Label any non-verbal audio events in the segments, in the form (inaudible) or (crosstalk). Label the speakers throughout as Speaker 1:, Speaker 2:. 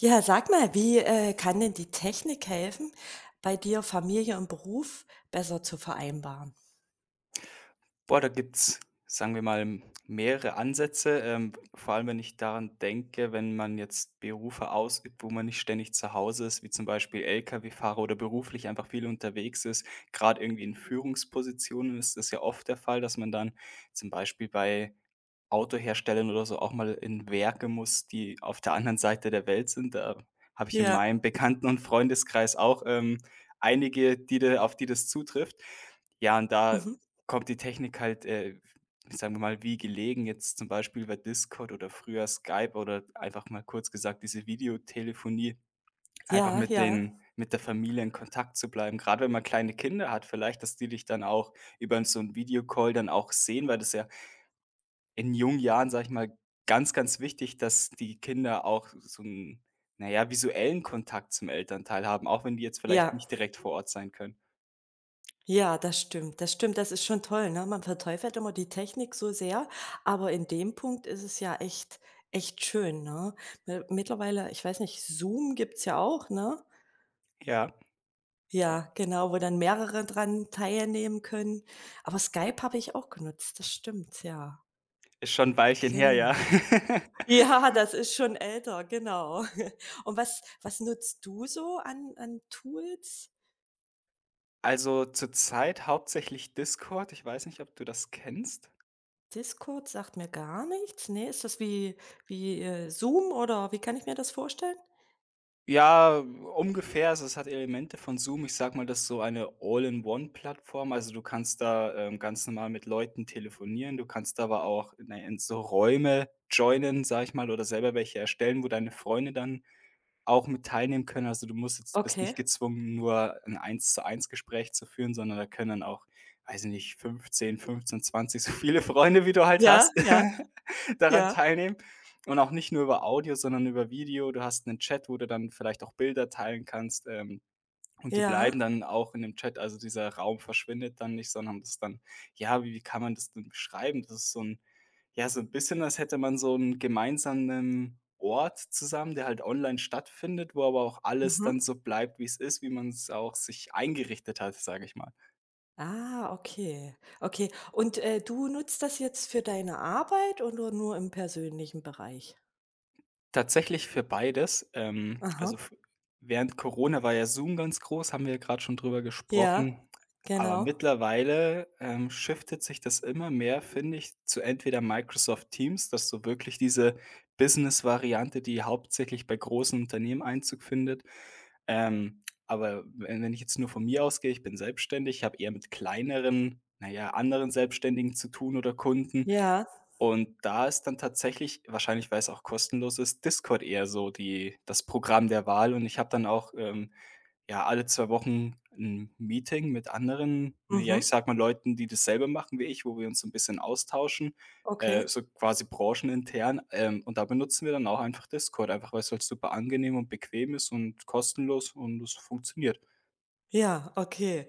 Speaker 1: Ja, sag mal, wie, kann denn die Technik helfen, bei dir Familie und Beruf besser zu vereinbaren?
Speaker 2: Boah, da gibt's, sagen wir mal, mehrere Ansätze. Vor allem, wenn ich daran denke, wenn man jetzt Berufe ausübt, wo man nicht ständig zu Hause ist, wie zum Beispiel Lkw-Fahrer oder beruflich einfach viel unterwegs ist. Gerade irgendwie in Führungspositionen ist das ja oft der Fall, dass man dann zum Beispiel bei Autoherstellern oder so auch mal in Werke muss, die auf der anderen Seite der Welt sind. Da habe ich in meinem
Speaker 1: Ja,
Speaker 2: Bekannten- und Freundeskreis auch, einige, die da auf die das zutrifft. Ja, und da
Speaker 1: mhm.
Speaker 2: kommt die Technik halt, sagen wir mal, wie gelegen, jetzt zum Beispiel über Discord oder früher Skype oder einfach mal kurz gesagt diese Videotelefonie, einfach
Speaker 1: Ja,
Speaker 2: mit
Speaker 1: ja,
Speaker 2: den mit der Familie in Kontakt zu bleiben. Gerade wenn man kleine Kinder hat vielleicht, dass die dich dann auch über 'n so 'n Videocall dann auch sehen, weil das ja in jungen Jahren, sage ich mal, ganz, ganz wichtig, dass die Kinder auch so 'n, na ja, visuellen Kontakt zum Elternteil haben, auch wenn die jetzt vielleicht
Speaker 1: ja,
Speaker 2: nicht direkt vor Ort sein können.
Speaker 1: ja, das stimmt, das stimmt. Das ist schon toll, ne? Man verteufelt immer die Technik so sehr, aber in dem Punkt ist es ja echt schön, ne? Mi mittlerweile ich weiß nicht, Zoom gibt's ja auch, ne?
Speaker 2: Ja,
Speaker 1: Ja, genau, wo dann mehrere dran teilnehmen können. Aber Skype habe ich auch genutzt, das stimmt, ja.
Speaker 2: ist schon 'n Weilchen her,
Speaker 1: Genau.
Speaker 2: ja. (laughs)
Speaker 1: Ja, das ist schon älter, genau. (laughs) Und was nutzt du so an Tools?
Speaker 2: Also, zurzeit hauptsächlich Discord. Ich weiß nicht, ob du das kennst?
Speaker 1: Discord sagt mir gar nichts. Ne, ist das wie Zoom oder wie kann ich mir das vorstellen?
Speaker 2: Ja, ungefähr. Also, es hat Elemente von Zoom. Ich sage mal, das ist so eine All-in-One-Plattform. Also, du kannst da, ganz normal mit Leuten telefonieren. Du kannst aber auch in so Räume joinen, sage ich mal, oder selber welche erstellen, wo deine Freunde dann auch mit teilnehmen können. Also, du musst jetzt bist nicht
Speaker 1: Okay.
Speaker 2: gezwungen, nur ein Eins-zu-eins-Gespräch zu eins Gespräch zu führen, sondern da können dann auch, weiß ich nicht, fünfzehn 20 so viele Freunde, wie du halt
Speaker 1: Ja,
Speaker 2: hast,
Speaker 1: ja,
Speaker 2: (laughs) daran
Speaker 1: ja,
Speaker 2: teilnehmen. Und auch nicht nur über Audio, sondern über Video. Du hast einen Chat, wo du dann vielleicht auch Bilder teilen kannst, und die
Speaker 1: ja.
Speaker 2: bleiben dann auch in dem Chat, also dieser Raum verschwindet dann nicht, sondern das ist dann, ja, wie kann man das denn beschreiben? Das ist so ein, ja, so ein bisschen, als hätte man so einen gemeinsamen Ort zusammen, der halt online stattfindet, wo aber auch alles dann
Speaker 1: Mhm.
Speaker 2: so bleibt, wie es ist, wie man es auch sich eingerichtet hat, sage ich mal.
Speaker 1: Ah, okay. Okay. Und, du nutzt das jetzt für deine Arbeit oder nur im persönlichen Bereich?
Speaker 2: Tatsächlich für beides.
Speaker 1: Aha.
Speaker 2: Also, f Während Corona war ja Zoom ganz groß, haben wir ja grad schon drüber
Speaker 1: Ja,
Speaker 2: gesprochen. Aber
Speaker 1: genau.
Speaker 2: mittlerweile, shiftet sich das immer mehr, finde ich, zu entweder Microsoft Teams, dass so wirklich diese Business-Variante, die hauptsächlich bei großen Unternehmen Einzug findet. Aber wenn ich jetzt nur von mir ausgehe, ich bin selbstständig, ich habe eher mit kleineren, naja, anderen Selbstständigen zu tun oder Kunden.
Speaker 1: Ja.
Speaker 2: Und da ist dann tatsächlich, wahrscheinlich weil's auch kostenlos ist, Discord eher so die das Programm der Wahl. Und ich habe dann auch, ja, alle 2 Wochen ein Meeting mit anderen, na ja,
Speaker 1: Mhm.
Speaker 2: ich sage mal, Leuten, die dasselbe machen wie ich, wo wir uns so ein bisschen austauschen,
Speaker 1: Okay.
Speaker 2: so quasi branchenintern. Und da benutzen wir dann auch einfach Discord, einfach weil's halt super angenehm und bequem ist und kostenlos und es funktioniert.
Speaker 1: Ja, okay.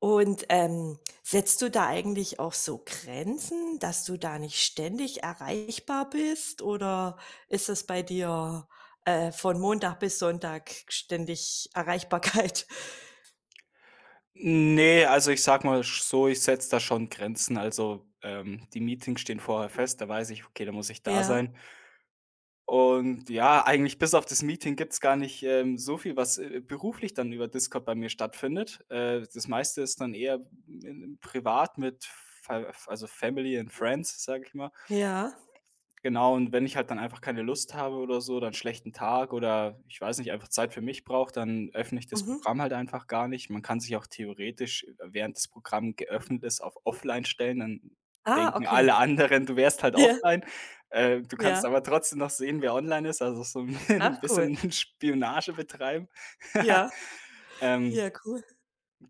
Speaker 1: Und, setzt du da eigentlich auch so Grenzen, dass du da nicht ständig erreichbar bist oder ist das bei dir, von Montag bis Sonntag ständig Erreichbarkeit? (laughs)
Speaker 2: Nee, also ich sag mal sch so, ich setze da schon Grenzen. Also, die Meetings stehen vorher fest, da weiß ich: „Okay, da muss ich da
Speaker 1: Ja,
Speaker 2: sein.“ Und ja, eigentlich bis auf das Meeting gibt's gar nicht, so viel, was, beruflich dann über Discord bei mir stattfindet. Das meiste ist dann eher in privat mit Fa also Family and Friends, sage ich mal.
Speaker 1: ja,
Speaker 2: Genau, und wenn ich halt dann einfach keine Lust habe oder so oder 'n schlechten Tag oder ich weiß nicht, einfach Zeit für mich brauche, dann öffne ich das
Speaker 1: mhm.
Speaker 2: Programm halt einfach gar nicht. Man kann sich auch theoretisch, während das Programm geöffnet ist, auf offline stellen, dann
Speaker 1: Ah,
Speaker 2: denken
Speaker 1: okay.
Speaker 2: alle anderen, du wärst halt
Speaker 1: Ja,
Speaker 2: offline. Du kannst
Speaker 1: ja.
Speaker 2: aber trotzdem noch sehen, wer online ist, also so (laughs) 'n
Speaker 1: Ach cool.
Speaker 2: bisschen Spionage betreiben. (laughs)
Speaker 1: Ja,
Speaker 2: Ähm
Speaker 1: ja, cool.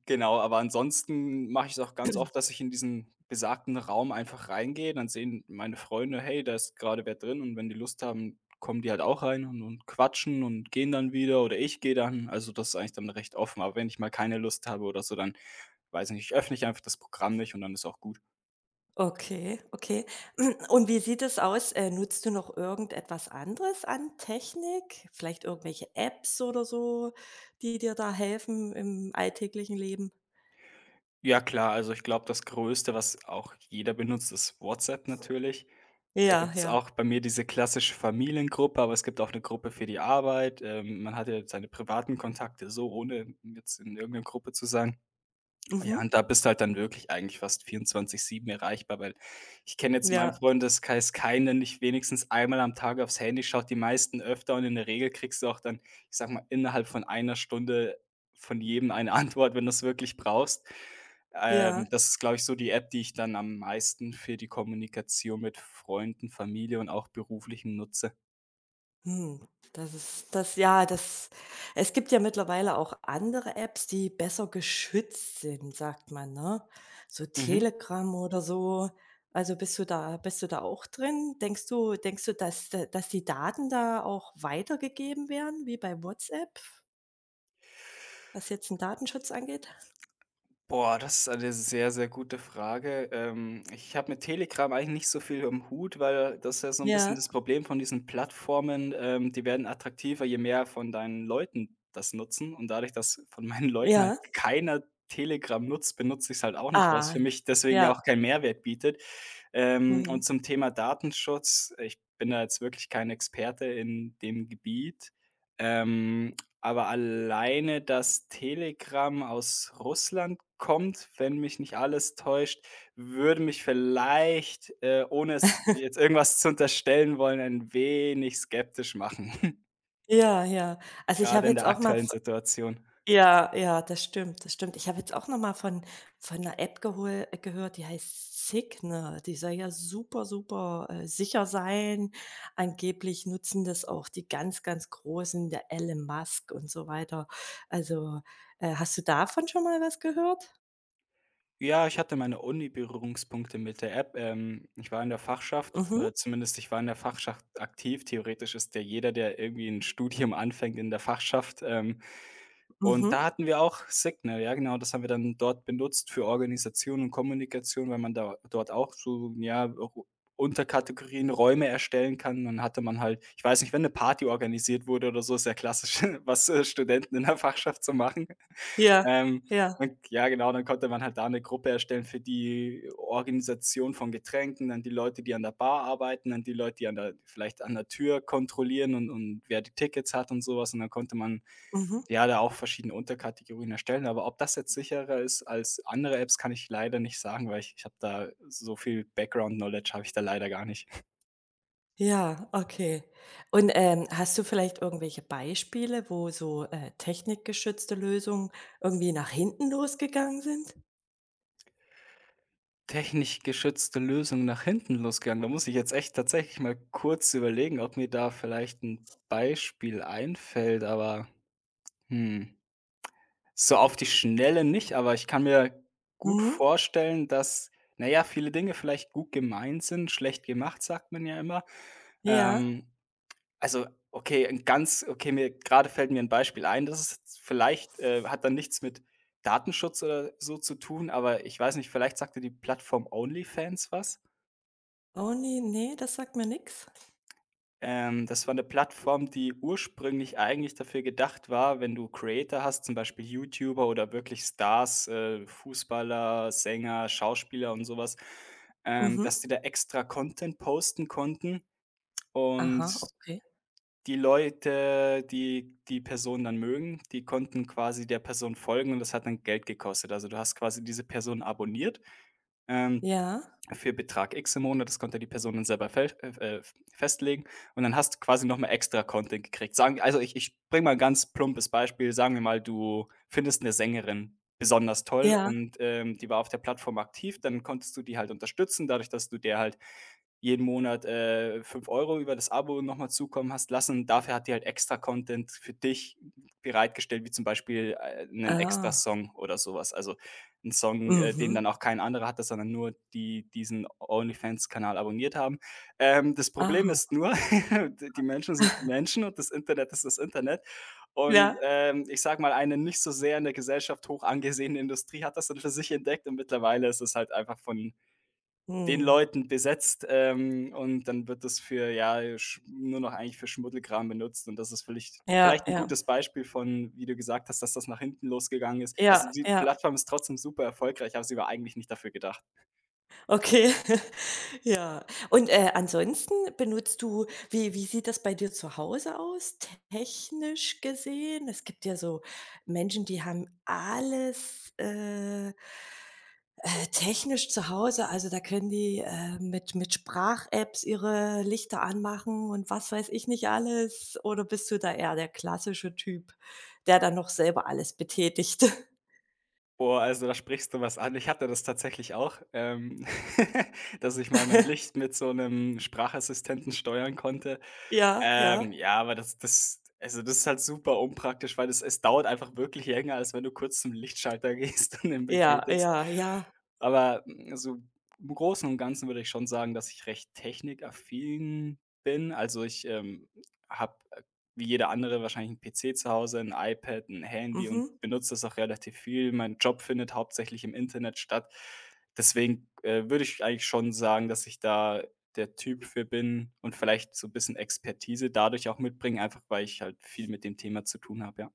Speaker 2: Genau, aber ansonsten mache ich es auch ganz oft, dass ich in diesen besagten Raum einfach reingehe, dann sehen meine Freunde: „Hey, da ist gerade wer drin“, und wenn die Lust haben, kommen die halt auch rein und quatschen und gehen dann wieder oder ich gehe dann. Also, das ist eigentlich dann recht offen, aber wenn ich mal keine Lust habe oder so, dann weiß ich nicht, öffne ich einfach das Programm nicht und dann ist auch gut.
Speaker 1: Okay, okay. (clears throat) Und wie sieht es aus? Nutzt du noch irgendetwas anderes an Technik? Vielleicht irgendwelche Apps oder so, die dir da helfen im alltäglichen Leben?
Speaker 2: Ja klar, also ich glaube, das Größte, was auch jeder benutzt, ist WhatsApp natürlich. Da
Speaker 1: Ja,
Speaker 2: gibt's
Speaker 1: ja.
Speaker 2: auch bei mir diese klassische Familiengruppe, aber es gibt auch 'ne Gruppe für die Arbeit. Man hat ja seine privaten Kontakte so, ohne jetzt in irgend 'ner Gruppe zu sein. Ja,
Speaker 1: Mhm.
Speaker 2: und da bist du halt dann wirklich eigentlich fast vierundzwanzig sieben erreichbar, weil ich kenne jetzt in meinem
Speaker 1: Ja,
Speaker 2: Freundeskreis keinen, der nicht wenigstens einmal am Tag aufs Handy schaut, die meisten öfter, und in der Regel kriegst du auch dann, ich sag mal, innerhalb von einer Stunde von jedem eine (laughs) Antwort, wenn du es wirklich brauchst.
Speaker 1: ja.
Speaker 2: Das ist, glaube ich, so die App, die ich dann am meisten für die Kommunikation mit Freunden, Familie und auch beruflichem nutze.
Speaker 1: Hm, das es gibt ja mittlerweile auch andere Apps, die besser geschützt sind, sagt man, ne? So
Speaker 2: Mhm.
Speaker 1: Telegram oder so. Also, bist du da auch drin? Denkst du, dass da dass die Daten da auch weitergegeben werden wie bei WhatsApp, was jetzt den Datenschutz angeht?
Speaker 2: Boah, das ist eine sehr, sehr gute Frage. Ich habe mit Telegram eigentlich nicht so viel am Hut, weil das ist ja so ein bisschen
Speaker 1: Ja,
Speaker 2: das Problem von diesen Plattformen. Die werden attraktiver, je mehr von deinen Leuten das nutzen. Und dadurch, dass von meinen Leuten halt
Speaker 1: ja.
Speaker 2: keiner Telegram nutzt, benutze ich es halt auch nicht, weil es
Speaker 1: Ah,
Speaker 2: für mich deswegen ja
Speaker 1: ja.
Speaker 2: auch keinen Mehrwert bietet. Und
Speaker 1: Mhm.
Speaker 2: zum Thema Datenschutz, ich bin da jetzt wirklich kein Experte in dem Gebiet, ähm, aber alleine, dass Telegram aus Russland kommt, wenn mich nicht alles täuscht, würde mich vielleicht, ohne es jetzt irgendwas zu unterstellen wollen, ein wenig skeptisch machen, (laughs)
Speaker 1: Ja, ja. Also, ich
Speaker 2: gerade
Speaker 1: habe
Speaker 2: in
Speaker 1: jetzt
Speaker 2: der
Speaker 1: auch mal.
Speaker 2: aktuellen Situation.
Speaker 1: Ja, ja, das stimmt, das stimmt. Ich habe jetzt auch noch mal von 'ner App gehol gehört, die heißt Signal. Die soll ja super, super, sicher sein. Angeblich nutzen das auch die ganz, ganz Großen, der Elon Musk und so weiter. Also, hast du davon schon mal was gehört?
Speaker 2: Ja, ich hatte meine Uni-Berührungspunkte mit der App.
Speaker 1: Mhm,
Speaker 2: Ich war in der Fachschaft aktiv. Theoretisch ist ja jeder, der irgendwie ein Studium anfängt, in der Fachschaft. Und da
Speaker 1: mhm.
Speaker 2: hatten wir auch Signal, ja genau, das haben wir dann dort benutzt für Organisation und Kommunikation, weil man da dort auch so, ja, Ru Unterkategorien, Räume erstellen kann. Dann hatte man halt, ich weiß nicht, wenn eine Party organisiert wurde oder so, ist ja klassisch, (laughs) was, Studenten in der Fachschaft so machen.
Speaker 1: Ja,
Speaker 2: Ähm,
Speaker 1: ja,
Speaker 2: und ja, genau, dann konnte man halt da eine Gruppe erstellen für die Organisation von Getränken, dann die Leute, die an der Bar arbeiten, dann die Leute, die an der vielleicht an der Tür kontrollieren und wer die Tickets hat und sowas. Und dann konnte man,
Speaker 1: mhm.
Speaker 2: ja, da auch verschiedene Unterkategorien erstellen. Aber ob das jetzt sicherer ist als andere Apps, kann ich leider nicht sagen, weil ich ich habe da so viel Background Knowledge habe ich da leider gar nicht.
Speaker 1: Ja, okay. Und, hast du vielleicht irgendwelche Beispiele, wo so, technikgeschützte Lösungen irgendwie nach hinten losgegangen sind?
Speaker 2: Technisch geschützte Lösung nach hinten losgegangen. Da muss ich jetzt echt tatsächlich mal kurz überlegen, ob mir da vielleicht ein Beispiel einfällt, aber, hm, so auf die Schnelle nicht, aber ich kann mir gut
Speaker 1: Mhm.
Speaker 2: vorstellen, dass, na ja, viele Dinge vielleicht gut gemeint sind, schlecht gemacht, sagt man ja immer.
Speaker 1: Ja.
Speaker 2: Ähm, also, okay, mir gerade fällt mir ein Beispiel ein, das ist jetzt vielleicht, hat dann nichts mit Datenschutz oder so zu tun, aber ich weiß nicht, vielleicht sagte die Plattform Onlyfans was?
Speaker 1: Oh nee ne, das sagt mir nix.
Speaker 2: Das war eine Plattform, die ursprünglich eigentlich dafür gedacht war, wenn du Creator hast, zum Beispiel YouTuber oder wirklich Stars, Fußballer, Sänger, Schauspieler und sowas, dass
Speaker 1: Mhm.
Speaker 2: die da extra Content posten konnten, und
Speaker 1: Aha, okay.
Speaker 2: die Leute, die die Person dann mögen, die konnten quasi der Person folgen, und das hat dann Geld gekostet. Also, du hast quasi diese Person abonniert, ähm
Speaker 1: Ja,
Speaker 2: für Betrag X im Monat, das konnte die Person dann selber fe festlegen, und dann hast du quasi nochmal extra Content gekriegt. Ich bringe mal 'n ganz plumpes Beispiel. Sagen wir mal, du findest eine Sängerin besonders toll
Speaker 1: ja.
Speaker 2: und, die war auf der Plattform aktiv, dann konntest du die halt unterstützen, dadurch, dass du der halt jeden Monat, 5 € über das Abo nochmal zukommen hast lassen. Dafür hat die halt extra Content für dich bereitgestellt, wie zum Beispiel, 'nen extra
Speaker 1: Ah.
Speaker 2: Song oder sowas. Also, 'n Song, den
Speaker 1: Mhm.
Speaker 2: dann auch kein anderer hatte, sondern nur die diesen Onlyfans-Kanal abonniert haben. Das Problem
Speaker 1: Aha.
Speaker 2: ist nur, (laughs) die Menschen sind die
Speaker 1: (laughs)
Speaker 2: Menschen und das Internet ist das Internet. Und,
Speaker 1: Ja.
Speaker 2: ich sage mal, eine nicht so sehr in der Gesellschaft hoch angesehene Industrie hat das dann für sich entdeckt und mittlerweile ist es halt einfach von den
Speaker 1: Mhm.
Speaker 2: Leuten besetzt, und dann wird das für ja, sch nur noch eigentlich für Schmuddelkram benutzt und das ist vielleicht
Speaker 1: Ja,
Speaker 2: vielleicht ein
Speaker 1: ja,
Speaker 2: gutes Beispiel von, wie du gesagt hast, dass das nach hinten losgegangen ist.
Speaker 1: ja,
Speaker 2: Also, die
Speaker 1: ja.
Speaker 2: Plattform ist trotzdem super erfolgreich, aber sie war eigentlich nicht dafür gedacht.
Speaker 1: Okay. (laughs) Ja. Und, ansonsten benutzt du wie sieht das bei dir zu Hause aus, technisch gesehen? Es gibt ja so Menschen, die haben alles, technisch zu Hause. Also, da können die, mit Sprach-Apps ihre Lichter anmachen und was weiß ich nicht alles. Oder bist du da eher der klassische Typ, der dann noch selber alles betätigt? (laughs)
Speaker 2: Boah, also, da sprichst du was an. Ich hatte das tatsächlich auch, (laughs) dass ich mal mein Licht mit so einem Sprachassistenten steuern konnte.
Speaker 1: Ja, ja.
Speaker 2: Ja, aber das also, das ist halt super unpraktisch, weil es dauert einfach wirklich länger, als wenn du kurz zum Lichtschalter (laughs) gehst und den
Speaker 1: Ja,
Speaker 2: betätigst.
Speaker 1: ja, ja.
Speaker 2: Aber, hm, so im Großen und Ganzen würde ich schon sagen, dass ich recht technikaffin bin. Also, ich, habe, wie jeder andere wahrscheinlich 'n PC zu Hause, ein iPad, ein Handy und
Speaker 1: Mhm.
Speaker 2: benutze das auch relativ viel. Mein Job findet hauptsächlich im Internet statt. Deswegen, würde ich eigentlich schon sagen, dass ich da der Typ für bin und vielleicht so 'n bisschen Expertise dadurch auch mitbringe, einfach weil ich halt viel mit dem Thema zu tun habe, ja.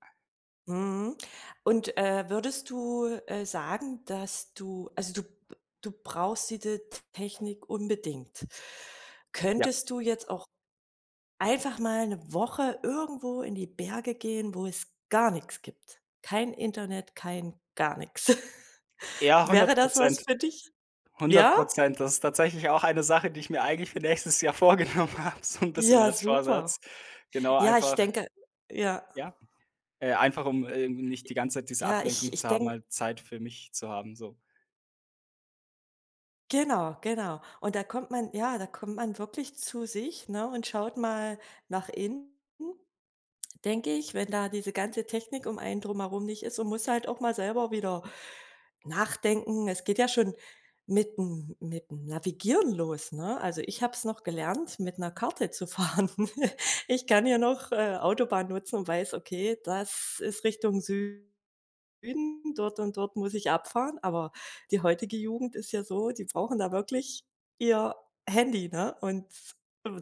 Speaker 1: Mhm. Und, würdest du, sagen, dass du also, du brauchst diese Technik unbedingt.
Speaker 2: Ja.
Speaker 1: Könntest du jetzt auch einfach mal eine Woche irgendwo in die Berge gehen, wo es gar nichts gibt? Kein Internet, kein gar nichts? (laughs)
Speaker 2: Ja,
Speaker 1: Wäre
Speaker 2: hundert
Speaker 1: das was
Speaker 2: Prozent,
Speaker 1: für dich?
Speaker 2: hundert
Speaker 1: Ja?
Speaker 2: Prozent. Das ist tatsächlich auch eine Sache, die ich mir eigentlich für nächstes Jahr (laughs) vorgenommen habe, so 'n bisschen
Speaker 1: Ja,
Speaker 2: als
Speaker 1: super.
Speaker 2: Vorsatz. Genau,
Speaker 1: Ja, ich
Speaker 2: einfach
Speaker 1: denke ja.
Speaker 2: ja, einfach um, nicht die ganze Zeit diese
Speaker 1: Ja, ich
Speaker 2: Ablenkung
Speaker 1: ich
Speaker 2: zu haben,
Speaker 1: denke
Speaker 2: halt Zeit für mich zu haben, so.
Speaker 1: Genau, genau. Und da kommt man ja, da kommt man wirklich zu sich, ne, und schaut mal nach innen, denke ich, wenn da diese ganze Technik um einen drumherum nicht ist und muss halt auch mal selber wieder nachdenken. Es geht ja schon mit 'm Navigieren los, ne? Also, ich habe es noch gelernt, mit einer Karte zu fahren. (laughs) Ich kann hier noch, Autobahn nutzen und weiß, okay, das ist Richtung Süden. Süden, dort und dort muss ich abfahren.“ Aber die heutige Jugend ist ja so, die brauchen da wirklich ihr Handy, ne? Und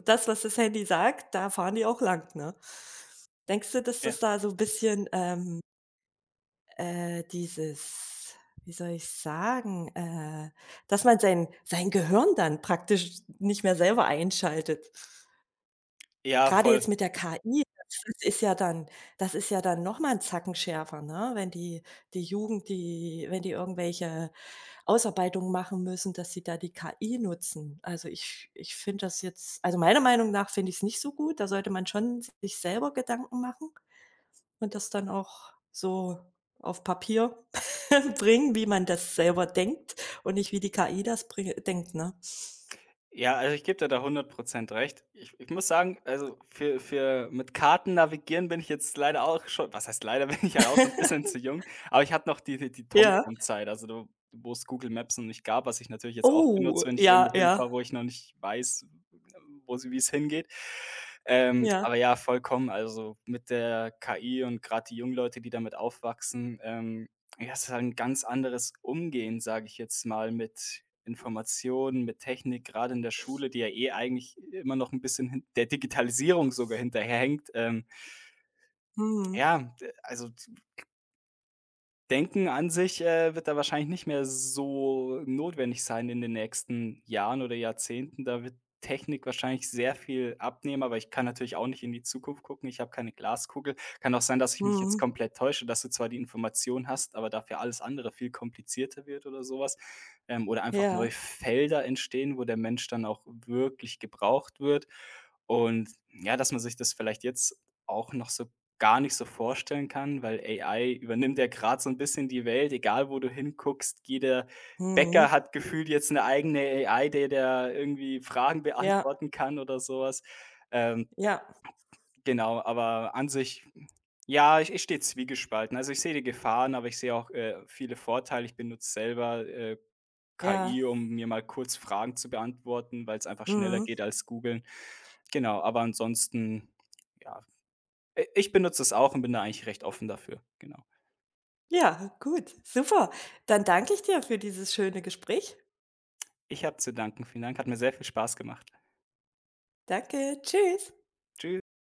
Speaker 1: das, was das Handy sagt, da fahren die auch lang, ne? Denkst du, dass
Speaker 2: Ja.
Speaker 1: das da so 'n bisschen, dieses wie soll ich sagen, dass man sein Gehirn dann praktisch nicht mehr selber einschaltet?
Speaker 2: Ja,
Speaker 1: Gerade jetzt
Speaker 2: voll.
Speaker 1: mit der KI, das ist ja dann noch mal 'n Zacken schärfer, ne? Wenn die die Jugend, die wenn die irgendwelche Ausarbeitungen machen müssen, dass sie da die KI nutzen. Also, ich finde das jetzt also, meiner Meinung nach finde ich's nicht so gut. Da sollte man schon sich selber Gedanken machen und das dann auch so auf Papier (laughs) bringen, wie man das selber denkt und nicht wie die KI das bring denkt, ne?
Speaker 2: Ja, also ich gebe dir da hundert Prozent recht. Ich muss sagen, also für mit Karten navigieren bin ich jetzt leider auch schon was heißt leider, (laughs) bin ich ja auch schon 'n bisschen zu
Speaker 1: (laughs)
Speaker 2: jung, aber ich hatte noch die
Speaker 1: Ja.
Speaker 2: TomTom-Zeit, also da wo es Google Maps noch nicht gab, was ich natürlich jetzt auch benutze,
Speaker 1: Oh,
Speaker 2: wenn ich
Speaker 1: ja,
Speaker 2: irgendwo
Speaker 1: ja,
Speaker 2: hinfahre, wo ich noch nicht weiß, wo sie wie es hingeht.
Speaker 1: ja.
Speaker 2: Aber ja, vollkommen, also mit der KI und gerade die jungen Leute, die damit aufwachsen, ja, es ist halt 'n ganz anderes Umgehen, sage ich jetzt mal, mit Informationen, mit Technik, gerade in der Schule, die ja eh eigentlich immer noch ein bisschen hin der Digitalisierung sogar hinterherhängt.
Speaker 1: Mhm,
Speaker 2: Ja, d also Denken an sich, wird da wahrscheinlich nicht mehr so notwendig sein in den nächsten Jahren oder Jahrzehnten. Da wird Technik wahrscheinlich sehr viel abnehmen, aber ich kann natürlich auch nicht in die Zukunft gucken. Ich habe keine Glaskugel. Kann auch sein, dass ich mich jetzt
Speaker 1: mhm.
Speaker 2: komplett täusche, dass du zwar die Information hast, aber dafür alles andere viel komplizierter wird oder sowas. Oder einfach neue
Speaker 1: Ja,
Speaker 2: Felder entstehen, wo der Mensch dann auch wirklich gebraucht wird. Und ja, dass man sich das vielleicht jetzt auch noch so gar nicht so vorstellen kann, weil AI übernimmt ja gerade so ein bisschen die Welt, egal wo du hinguckst. Jeder Bäcker
Speaker 1: mhm.
Speaker 2: hat gefühlt jetzt eine eigene AI, der irgendwie Fragen
Speaker 1: Ja,
Speaker 2: beantworten kann oder sowas. Ähm,
Speaker 1: ja,
Speaker 2: genau, aber an sich, ja, ich stehe zwiegespalten. Also, ich sehe die Gefahren, aber ich sehe auch, viele Vorteile. Ich benutze selber,
Speaker 1: ja,
Speaker 2: KI, um mir mal kurz Fragen zu beantworten, weil es einfach schneller
Speaker 1: mhm.
Speaker 2: geht als googeln. Genau, aber ansonsten, ja, I ich benutze es auch und bin da eigentlich recht offen dafür, genau.
Speaker 1: Ja, gut, super. Dann danke ich dir für dieses schöne Gespräch.
Speaker 2: Ich habe zu danken. Vielen Dank, hat mir sehr viel Spaß gemacht.
Speaker 1: Danke, tschüss.
Speaker 2: Tschüss.